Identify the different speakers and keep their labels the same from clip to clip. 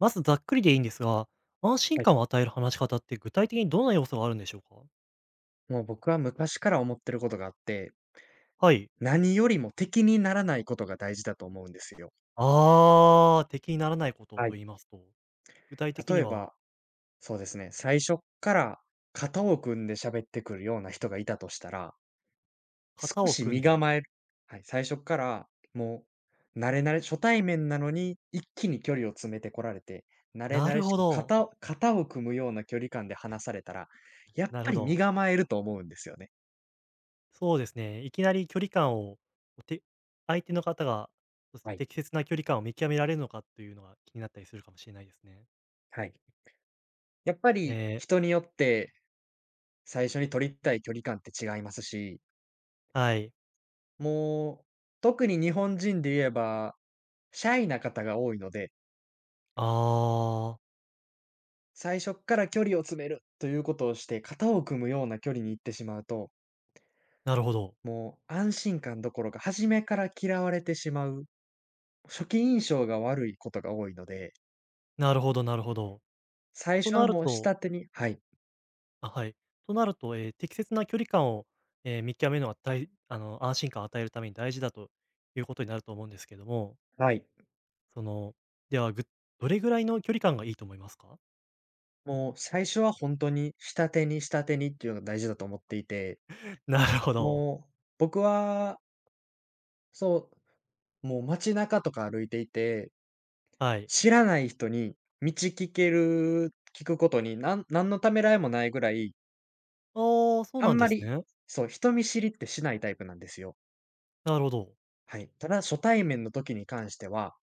Speaker 1: まずざっくりでいいんですが、安心
Speaker 2: はい。
Speaker 1: 感を与える話し方って具体的にどんな要素があるんでしょうか？
Speaker 2: もう僕は昔から思ってることがあって、
Speaker 1: はい。
Speaker 2: 何よりも敵にならないことが大事だと思うんですよ。
Speaker 1: ああ、敵にならないこと
Speaker 2: は
Speaker 1: と
Speaker 2: い。
Speaker 1: 言いますと、具体的に
Speaker 2: 例え
Speaker 1: は、
Speaker 2: ば、そうですね、最初っから肩を組んで喋ってくるような人がいたとしたら、
Speaker 1: 型
Speaker 2: 少
Speaker 1: を
Speaker 2: し
Speaker 1: 組ん
Speaker 2: 身
Speaker 1: で、
Speaker 2: 構える。はい、最初っからもう慣れ慣れ初対面なのに一気に距離を詰めてこられて、慣れ
Speaker 1: な
Speaker 2: 慣れ
Speaker 1: る
Speaker 2: し
Speaker 1: ほ
Speaker 2: く
Speaker 1: ど、
Speaker 2: 肩を組むような距離感で話されたら、やっ
Speaker 1: なる
Speaker 2: ぱ
Speaker 1: ほ
Speaker 2: り身
Speaker 1: ど。
Speaker 2: 構えると思うんですよね。
Speaker 1: そうですね、いきなり距離感を、て相手の方が、そうです
Speaker 2: は
Speaker 1: ね、
Speaker 2: い。
Speaker 1: 適切な距離感を見極められるのかというのが気になったりするかもしれないですね。
Speaker 2: はい。やっぱ
Speaker 1: え
Speaker 2: り
Speaker 1: え、
Speaker 2: 人によって最初に取りたい距離感って違いますし、
Speaker 1: はい。
Speaker 2: もう、特に日本人で言えば、シャイな方が多いので、
Speaker 1: ああ、
Speaker 2: 最初っから距離を詰めるということをして、型を組むような距離に行ってしまうと、
Speaker 1: なるほど。
Speaker 2: もう安心感どころか、初めから嫌われてしまう、初期印象が悪いことが多いので、
Speaker 1: なるほどなるほど。
Speaker 2: 最
Speaker 1: と
Speaker 2: 初は
Speaker 1: なる
Speaker 2: もう
Speaker 1: と、
Speaker 2: 下手に、はい。
Speaker 1: あ、はい。となると、適切な距離感を、ええ、見極めるのは、たいあの、安心感を与えるために大事だということになると思うんですけども、
Speaker 2: はい。
Speaker 1: その、では、どれぐらいの距離感がいいと思いますか？
Speaker 2: もう最初は本当に下手に下手にっていうのが大事だと思っていて、
Speaker 1: なるほど。
Speaker 2: もう、僕は、そう、もう街中とか歩いていて
Speaker 1: はい。
Speaker 2: 知らない人に道聞ける聞くことに、何のためらいもないぐらい、
Speaker 1: ああ、そう
Speaker 2: あん
Speaker 1: なんで
Speaker 2: ま
Speaker 1: す
Speaker 2: り、
Speaker 1: ね。
Speaker 2: そう、人見知りってしないタイプなんですよ。
Speaker 1: なるほど。
Speaker 2: はい。ただ、初対面の時に関しては、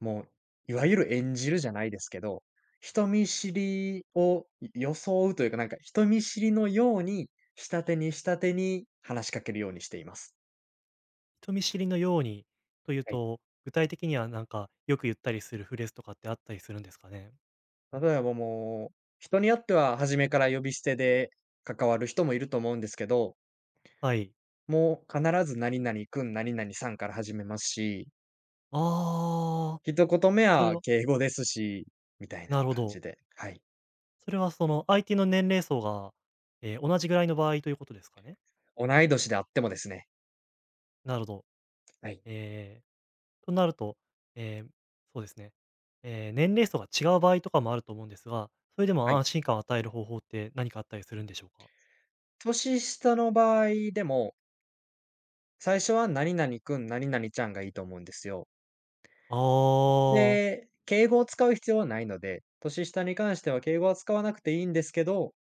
Speaker 2: もう、いわゆる演じるじゃないですけど、人見知りを装うというか、なんか人見知りのように、下手に下手に話しかけるようにしています。
Speaker 1: 人見知りのようにという
Speaker 2: はい。
Speaker 1: と、具体的にはなんか、よく言ったりするフレーズとかってあったりするんですかね？
Speaker 2: 例えばもう、人によっては初めから呼び捨てで関わる人もいると思うんですけど、
Speaker 1: はい。
Speaker 2: もう必ず何々くん何々さんから始めますし、
Speaker 1: ああ、
Speaker 2: 一言目
Speaker 1: それ
Speaker 2: は
Speaker 1: は、
Speaker 2: 敬語ですし、みたいな
Speaker 1: なるほ
Speaker 2: 感じ
Speaker 1: ど。
Speaker 2: で、はい。
Speaker 1: それはその、相手の年齢層が、同じぐらいの場合ということですかね？
Speaker 2: 同い年であってもですね、
Speaker 1: なるほど。
Speaker 2: はい。
Speaker 1: えーとなると、えーそうですね。えー年齢層が違う場合とかもあると思うんですが、それで
Speaker 2: は
Speaker 1: も
Speaker 2: い。
Speaker 1: 安心感を与える方法って何かあったりするんでしょうか？
Speaker 2: 年下の場合でも、最初は何々くん何々ちゃんがいいと思うんですよ。
Speaker 1: あー、
Speaker 2: で、敬語を使う必要はないので、年下に関しては敬語は使わなくていいんですけど、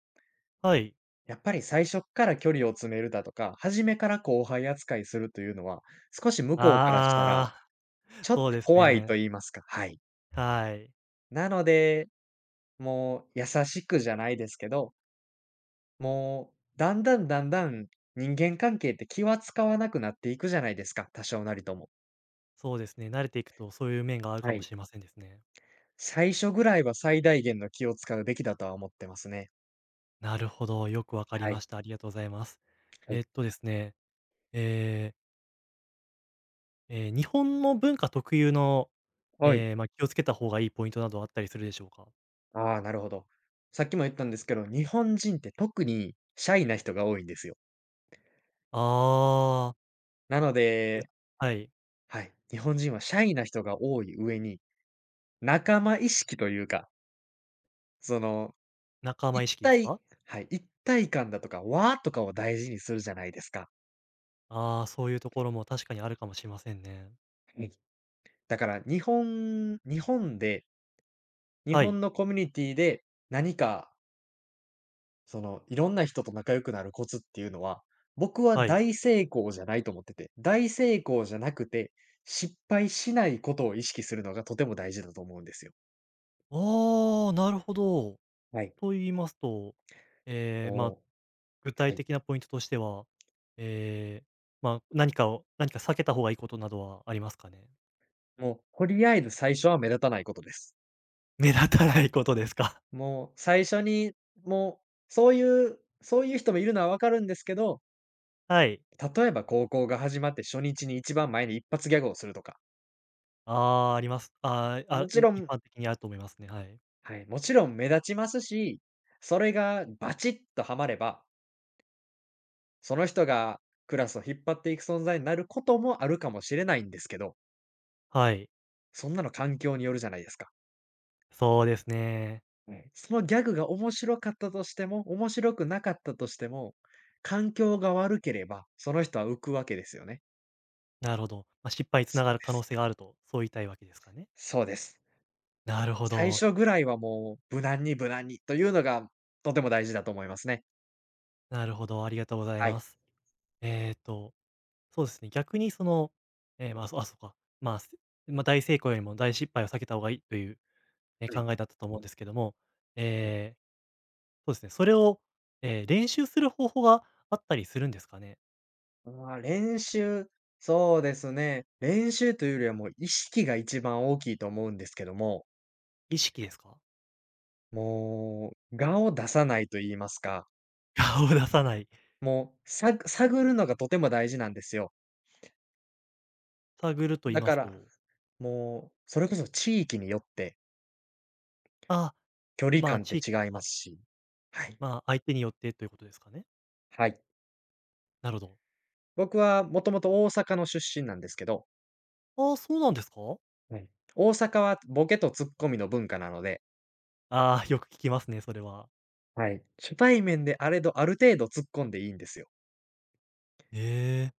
Speaker 1: はい。
Speaker 2: やっぱり最初っから距離を詰めるだとか、初めから後輩扱いするというのは、少し向こうからしたら、
Speaker 1: あー
Speaker 2: ち ょっ
Speaker 1: そう
Speaker 2: と
Speaker 1: です
Speaker 2: 怖い
Speaker 1: ね。
Speaker 2: と言いますか、はい。
Speaker 1: はい。
Speaker 2: なので、もう優しくじゃないですけど、もうだんだんだんだん人間関係って気は使わなくなっていくじゃないですか、多少なりとも。
Speaker 1: そうですね、慣れていくとそういう面がある
Speaker 2: は
Speaker 1: かも
Speaker 2: い。
Speaker 1: しれませんですね。
Speaker 2: 最初ぐらいは最大限の気を使うべきだとは思ってますね。
Speaker 1: なるほど、よくわかり
Speaker 2: は
Speaker 1: ま
Speaker 2: い。
Speaker 1: した。ありがとうございます。
Speaker 2: はい。
Speaker 1: えっとですね、えー日本の文化特有の、
Speaker 2: はい。
Speaker 1: ええ、まあ、気をつけた方がいいポイントなどあったりするでしょうか？
Speaker 2: ああ、なるほど。さっきも言ったんですけど、日本人って特にシャイな人が多いんですよ。
Speaker 1: ああ。
Speaker 2: なの
Speaker 1: え
Speaker 2: で、
Speaker 1: はい。
Speaker 2: はい、日本人はシャイな人が多い上に、仲間意識というか、その
Speaker 1: 仲間
Speaker 2: 一
Speaker 1: 意識です
Speaker 2: 体
Speaker 1: か？
Speaker 2: はい、一体感だとか和とかを大事にするじゃないですか。
Speaker 1: ああー、そういうところも確かにあるかもしれませんね。
Speaker 2: はい。だから日本で、日
Speaker 1: は
Speaker 2: 本
Speaker 1: い、
Speaker 2: のコミュニティで、何かそのいろんな人と仲良くなるコツっていうのは、僕は
Speaker 1: はい。
Speaker 2: 大成功じゃないと思ってて、大成功じゃなくて、失敗しないことを意識するのがとても大事だと思うんですよ。
Speaker 1: ああ、なるほど。
Speaker 2: はい。
Speaker 1: と言いますと、ええ、まあ、
Speaker 2: も
Speaker 1: 具
Speaker 2: う、は
Speaker 1: 体
Speaker 2: い。
Speaker 1: 的なポイントとしては、ええ、まあ、何か避けた方がいいことなどはありますかね？
Speaker 2: もうとりあえず最初は目立たないことです。
Speaker 1: 目立たないことですか？
Speaker 2: もう最初に、もう、そういう人もいるのはわかるんですけど、
Speaker 1: はい。
Speaker 2: 例えば高校が始まって初日に一番前に一発ギャグをするとか、
Speaker 1: ああ、あります。ああ、
Speaker 2: も
Speaker 1: あ、
Speaker 2: ちろ
Speaker 1: 一
Speaker 2: ん、
Speaker 1: 般的にあると思いますね、はい。
Speaker 2: はい、もちろん目立ちますし、それがバチッとハマれば、その人がクラスを引っ張っていく存在になることもあるかもしれないんですけど、
Speaker 1: はい、
Speaker 2: そんなの環境によるじゃないですか。
Speaker 1: そうですね。
Speaker 2: はい。そのギャグが面白かったとしても、面白くなかったとしても、環境が悪ければ、その人は浮くわけですよね。
Speaker 1: なるほど。まあ、失敗につ
Speaker 2: そ
Speaker 1: なが
Speaker 2: う
Speaker 1: る
Speaker 2: で
Speaker 1: 可能
Speaker 2: す。
Speaker 1: 性があると、そう言いたいわけですかね？
Speaker 2: そうです。
Speaker 1: なるほ
Speaker 2: 最
Speaker 1: ど。
Speaker 2: 初ぐらいはもう無難に無難にというのがとても大事だと思いますね。
Speaker 1: なるほど、ありがとうござい
Speaker 2: は
Speaker 1: ま
Speaker 2: い。
Speaker 1: す。えっと、そうですね、逆にその、えーまあ、そあ、そうか、まあ、すまあ、大成功よりも大失敗を避けた方がいいという、
Speaker 2: はい。
Speaker 1: 考えだったと思うんですけども、
Speaker 2: うん。
Speaker 1: えーそうですね、それを、練習する方法があったりするんですかね？
Speaker 2: あー練習、そうですね。練習というよりはもう意識が一番大きいと思うんですけども、
Speaker 1: 意識ですか？
Speaker 2: もう我を出さないと言いますか、
Speaker 1: 顔を出さない、
Speaker 2: もう探るのがとても大事なんですよ。
Speaker 1: 探ると言い
Speaker 2: だ
Speaker 1: ま
Speaker 2: か
Speaker 1: す
Speaker 2: ら、
Speaker 1: と、
Speaker 2: もうそれこそ地域によって
Speaker 1: あ
Speaker 2: 距離
Speaker 1: まあ、
Speaker 2: 感って
Speaker 1: 地域と
Speaker 2: 違います
Speaker 1: か、
Speaker 2: し。はい。
Speaker 1: まあ、相手によってということですかね？
Speaker 2: はい。
Speaker 1: なるほど。
Speaker 2: 僕はもともと大阪の出身なんですけど、
Speaker 1: ああ、そうなんですか？
Speaker 2: はい。大阪はボケとツッコミの文化なので、
Speaker 1: ああー、よく聞きますね、それは。
Speaker 2: はい。初対面であれどある程度突っ込んでいいんですよ。
Speaker 1: ええ、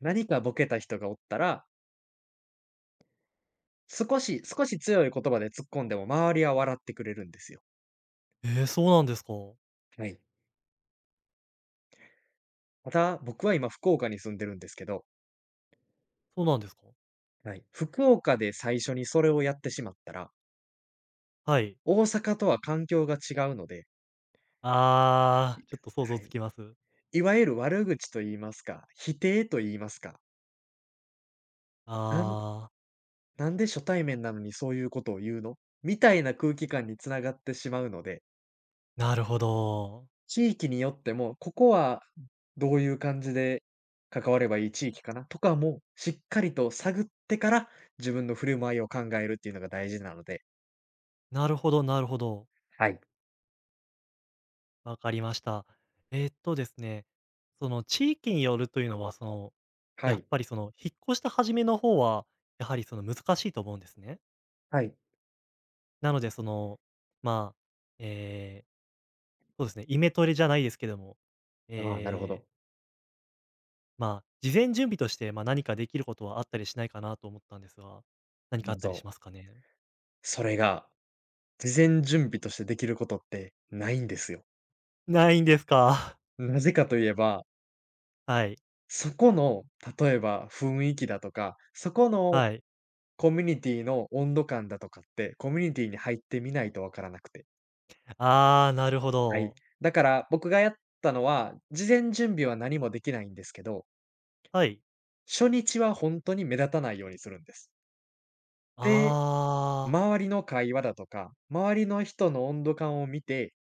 Speaker 2: 何かボケた人がおったら、少し少し強い言葉で突っ込んでも周りは笑ってくれるんですよ。
Speaker 1: ええ、そうなんですか。
Speaker 2: はい。また、僕は今福岡に住んでるんですけど、
Speaker 1: そうなんですか？
Speaker 2: はい、福岡で最初にそれをやってしまったら、
Speaker 1: はい。
Speaker 2: 大阪とは環境が違うので、
Speaker 1: あ
Speaker 2: い
Speaker 1: あ、ちょっと想像
Speaker 2: はい、
Speaker 1: つきます。
Speaker 2: いわゆる悪口と言いますか、否定と言いますか、なん
Speaker 1: ああ、
Speaker 2: なんで初対面なのにそういうことを言うのみたいな空気感につながってしまうので、
Speaker 1: なるほど。
Speaker 2: 地域によっても、ここはどういう感じで関わればいい地域かなとかも、しっかりと探ってから、自分の振る舞いを考えるっていうのが大事なので。
Speaker 1: なるほどなるほど。
Speaker 2: はい。
Speaker 1: わかりました。ですね、その地域によるというのは、その、
Speaker 2: は
Speaker 1: やっ
Speaker 2: い。
Speaker 1: ぱりその、引っ越した初めの方は、やはりその難しいと思うんですね。
Speaker 2: はい。
Speaker 1: なのでその、まあ、えーそうですね、イメトレじゃないですけども、
Speaker 2: ああ、なるほ
Speaker 1: えー
Speaker 2: ど。
Speaker 1: 事前準備として、ま、何かできることはあったりしないかなと思ったんですが、何かあ
Speaker 2: ま
Speaker 1: った
Speaker 2: そ
Speaker 1: りしま
Speaker 2: う。
Speaker 1: すかね？
Speaker 2: それが、事前準備としてできることってないんですよ。
Speaker 1: ないんですか？
Speaker 2: なぜかといえば、
Speaker 1: はい、
Speaker 2: そこの、例えば雰囲気だとか、そこの
Speaker 1: はい。
Speaker 2: コミュニティの温度感だとかって、コミュニティに入ってみないとわからなくて。
Speaker 1: ああ、なるほ
Speaker 2: はい。
Speaker 1: ど。
Speaker 2: だから僕がやったのは、事前準備は何もできないんですけど、
Speaker 1: はい。
Speaker 2: 初日は本当に目立たないようにするんです。で、
Speaker 1: ああ、
Speaker 2: 周りの会話だとか、周りの人の温度感を見て、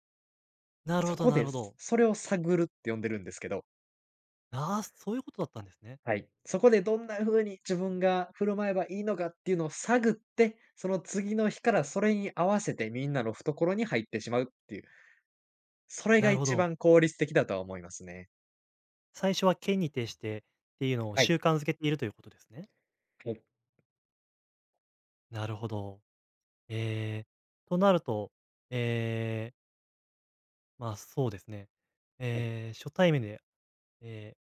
Speaker 1: なる
Speaker 2: そ
Speaker 1: ほど
Speaker 2: こ
Speaker 1: な
Speaker 2: で、
Speaker 1: るほど。
Speaker 2: それを探るって呼んでるんですけど、
Speaker 1: ああ、そういうことだったんですね。
Speaker 2: はい。そこでどんな風に自分が振る舞えばいいのかっていうのを探って、その次の日からそれに合わせてみんなの懐に入ってしまうっていう、それが
Speaker 1: なるほ
Speaker 2: 一
Speaker 1: ど。
Speaker 2: 番効率的だとは思いますね。
Speaker 1: 最初は県に徹してっていうのを
Speaker 2: はい。
Speaker 1: 習慣づけているということですね。
Speaker 2: はい。
Speaker 1: なるほど。えーとなると、えーまあ、そうですね。
Speaker 2: はい。
Speaker 1: えー初対面で、えー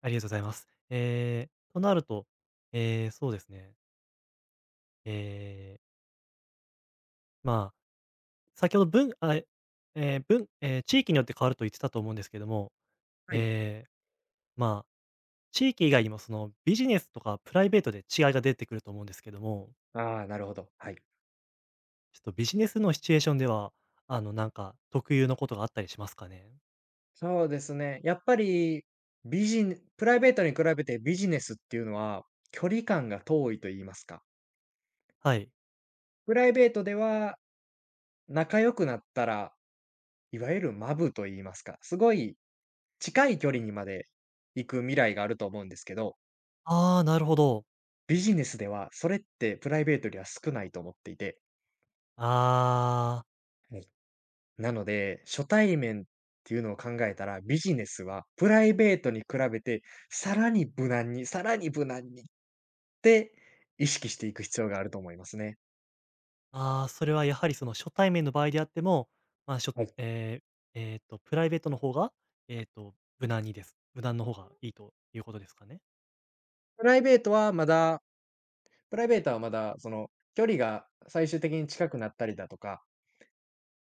Speaker 1: ありがとうございます。えーとなると、えーそうですね。えーまあ、先ほど文、ぶあ、えー文えー地域によって変わると言ってたと思うんですけども、
Speaker 2: はい。
Speaker 1: ええ、まあ、地域以外にもそのビジネスとかプライベートで違いが出てくると思うんですけども、
Speaker 2: ああ、なるほど。はい。
Speaker 1: ちょっとビジネスのシチュエーションでは、あの、なんか特有のことがあったりしますかね？
Speaker 2: そうですね。やっぱり、ネプライベートに比べてビジネスっていうのは、距離感が遠いと言いますか。
Speaker 1: はい。
Speaker 2: プライベートでは、仲良くなったら、いわゆるマブと言いますか、すごい近い距離にまで行く未来があると思うんですけど、
Speaker 1: ああ、なるほど。
Speaker 2: ビジネスではそれってプライベートよりは少ないと思っていて。
Speaker 1: ああ、
Speaker 2: はい。なので、初対面っていうのを考えたら、ビジネスはプライベートに比べて、さらに無難に、さらに無難にて、意識していく必要があると思いますね。
Speaker 1: ああ、それはやはりその初対面の場合であっても、まあ、しょ
Speaker 2: はい。
Speaker 1: えええ、ーと、プライベートの方が、えっと、無難にです無難の方がいいということですかね？
Speaker 2: プライベートはまだプライベートはまだその、距離が最終的に近くなったりだとか、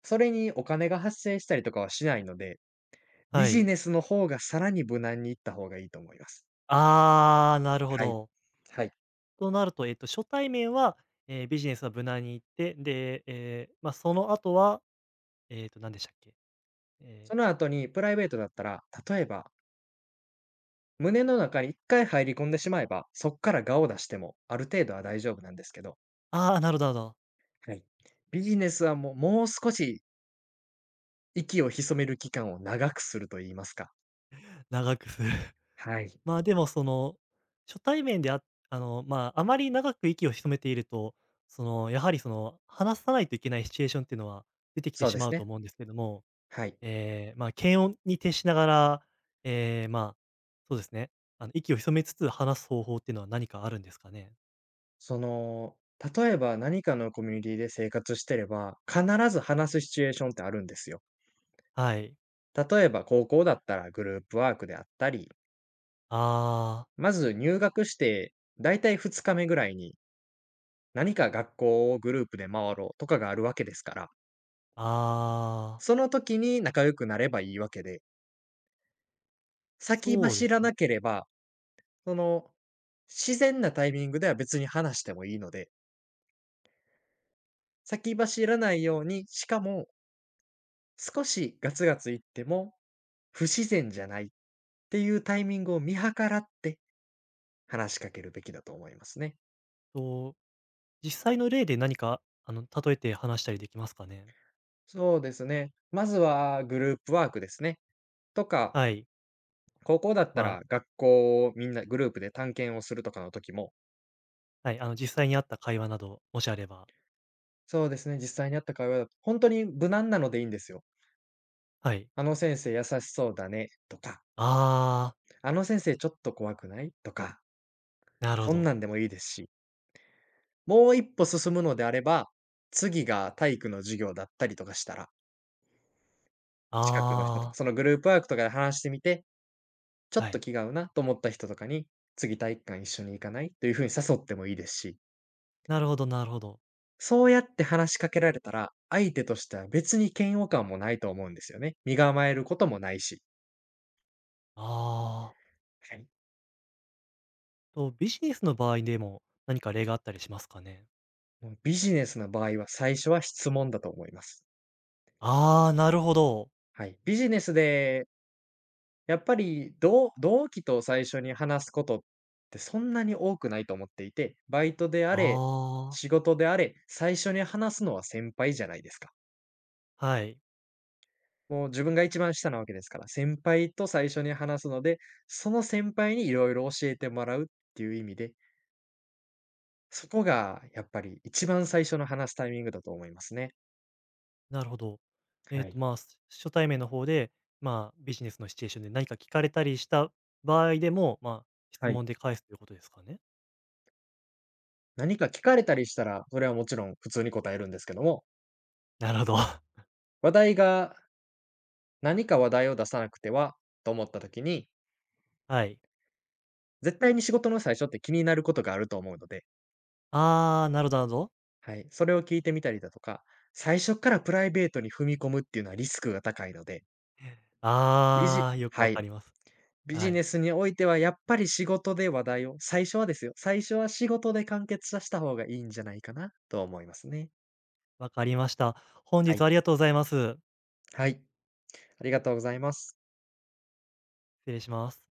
Speaker 2: それにお金が発生したりとかはしないので、ビ
Speaker 1: は
Speaker 2: ジ
Speaker 1: い。
Speaker 2: ネスの方がさらに無難に行った方がいいと思います。
Speaker 1: ああ、なるほ
Speaker 2: はい。
Speaker 1: ど。
Speaker 2: はい。
Speaker 1: となると、えっと、初対面は、えー、ビジネスは無難に行って、で、ええ、まあ、その後は、えっと、何でしたっけ？え
Speaker 2: そ
Speaker 1: ー、
Speaker 2: の後にプライベートだったら、例えば、胸の中に一回入り込んでしまえば、そっから顔を出しても、ある程度は大丈夫なんですけど、
Speaker 1: ああ、なるほどなるほど。
Speaker 2: はい。ビジネスはもう少し息を潜める期間を長くすると言いますか、
Speaker 1: 長くする。
Speaker 2: はい、
Speaker 1: まあ、でもその、初対面であの、まあ、あまり長く息を潜めていると、その、やはりその、話さないといけないシチュエーションっていうのは出てきて
Speaker 2: そう
Speaker 1: し
Speaker 2: で
Speaker 1: ま
Speaker 2: す
Speaker 1: うと
Speaker 2: ね。
Speaker 1: 思うんですけども、
Speaker 2: はい。
Speaker 1: まあ、検温に徹しながら、えーまあ、そうですね、あの、息を潜めつつ話す方法っていうのは何かあるんですかね？
Speaker 2: その、例えば何かのコミュニティで生活してれば、必ず話すシチュエーションってあるんですよ。
Speaker 1: はい。
Speaker 2: 例えば高校だったらグループワークであったり、
Speaker 1: ああ。
Speaker 2: まず入学してだいたい2日目ぐらいに、何か学校をグループで回ろうとかがあるわけですから、
Speaker 1: ああ、
Speaker 2: その時に仲良くなればいいわけで、先
Speaker 1: そうで
Speaker 2: 走
Speaker 1: す
Speaker 2: らな
Speaker 1: ね。
Speaker 2: ければ、その、自然なタイミングでは別に話してもいいので、先走らないように、しかも少しガツガツいっても、不自然じゃないっていうタイミングを見計らって話しかけるべきだと思いますね。
Speaker 1: と、実際の例で何か、あの、例えて話したりできますかね？
Speaker 2: そうですね。まずはグループワークですね。とか、
Speaker 1: はい。
Speaker 2: 高校だった
Speaker 1: まあ、
Speaker 2: ら学校をみんなグループで探検をするとかの時も、
Speaker 1: はい、あの、実際にあった会話など、もしあれば。
Speaker 2: そうですね、実際にあった会話だと、本当に無難なのでいいんですよ。
Speaker 1: はい。
Speaker 2: あの先生優しそうだねとか、
Speaker 1: ああ、
Speaker 2: あの先生ちょっと怖くないとか、
Speaker 1: なるほ
Speaker 2: そんな
Speaker 1: ど。
Speaker 2: んでもいいですし、もう一歩進むのであれば、次が体育の授業だったりとかしたら、近くの人とか、
Speaker 1: あ
Speaker 2: そのグループワークとかで話してみて、ちょ
Speaker 1: あ、
Speaker 2: っ
Speaker 1: は
Speaker 2: と
Speaker 1: い。
Speaker 2: 気が合うなと思った人とかに、次体育館一緒に行かないという風に誘ってもいいですし、
Speaker 1: なるほどなるほど。
Speaker 2: そうやって話しかけられたら、相手としては別に嫌悪感もないと思うんですよね。身構えることもないし。
Speaker 1: ああ。
Speaker 2: はい。
Speaker 1: と、ビジネスの場合でも、何か例があったりしますかね？
Speaker 2: もうビジネスの場合は最初は質問だと思います。
Speaker 1: ああ、なるほど。
Speaker 2: はい。ビジネスでやっぱり、同期と最初に話すことってそんなに多くないと思っていて、バイトであれ、
Speaker 1: ああ、
Speaker 2: 仕事であれ、最初に話すのは先輩じゃないですか。
Speaker 1: はい。
Speaker 2: もう自分が一番下なわけですから、先輩と最初に話すので、その先輩にいろいろ教えてもらうっていう意味で、そこがやっぱり一番最初の話すタイミングだと思いますね。
Speaker 1: なるほど。え
Speaker 2: は
Speaker 1: っ
Speaker 2: い。
Speaker 1: と、まあ、初対面の方で、まあ、ビジネスのシチュエーションで何か聞かれたりした場合でも、まあ、質
Speaker 2: はい。
Speaker 1: 問で返すということですかね？
Speaker 2: 何か聞かれたりしたら、それはもちろん普通に答えるんですけども、
Speaker 1: なるほど。
Speaker 2: 話題が何か話題を出さなくてはと思った時に
Speaker 1: はい。
Speaker 2: 絶対に仕事の最初って気になることがあると思うので、
Speaker 1: ああ、なるほどなるほど。
Speaker 2: はい、それを聞いてみたりだとか、最初からプライベートに踏み込むっていうのはリスクが高いので、ビジ
Speaker 1: ああ、よく
Speaker 2: は
Speaker 1: わ
Speaker 2: い、
Speaker 1: かります。
Speaker 2: ビジ
Speaker 1: は
Speaker 2: ネ
Speaker 1: い、
Speaker 2: スにおいてはやっぱり仕事で話題を、最初はですよ、最初は仕事で完結させた方がいいんじゃないかなと思いますね。
Speaker 1: わかりました。本
Speaker 2: は
Speaker 1: 日
Speaker 2: い。
Speaker 1: はありがとうございます。
Speaker 2: はい。ありがとうございます。
Speaker 1: 失礼します。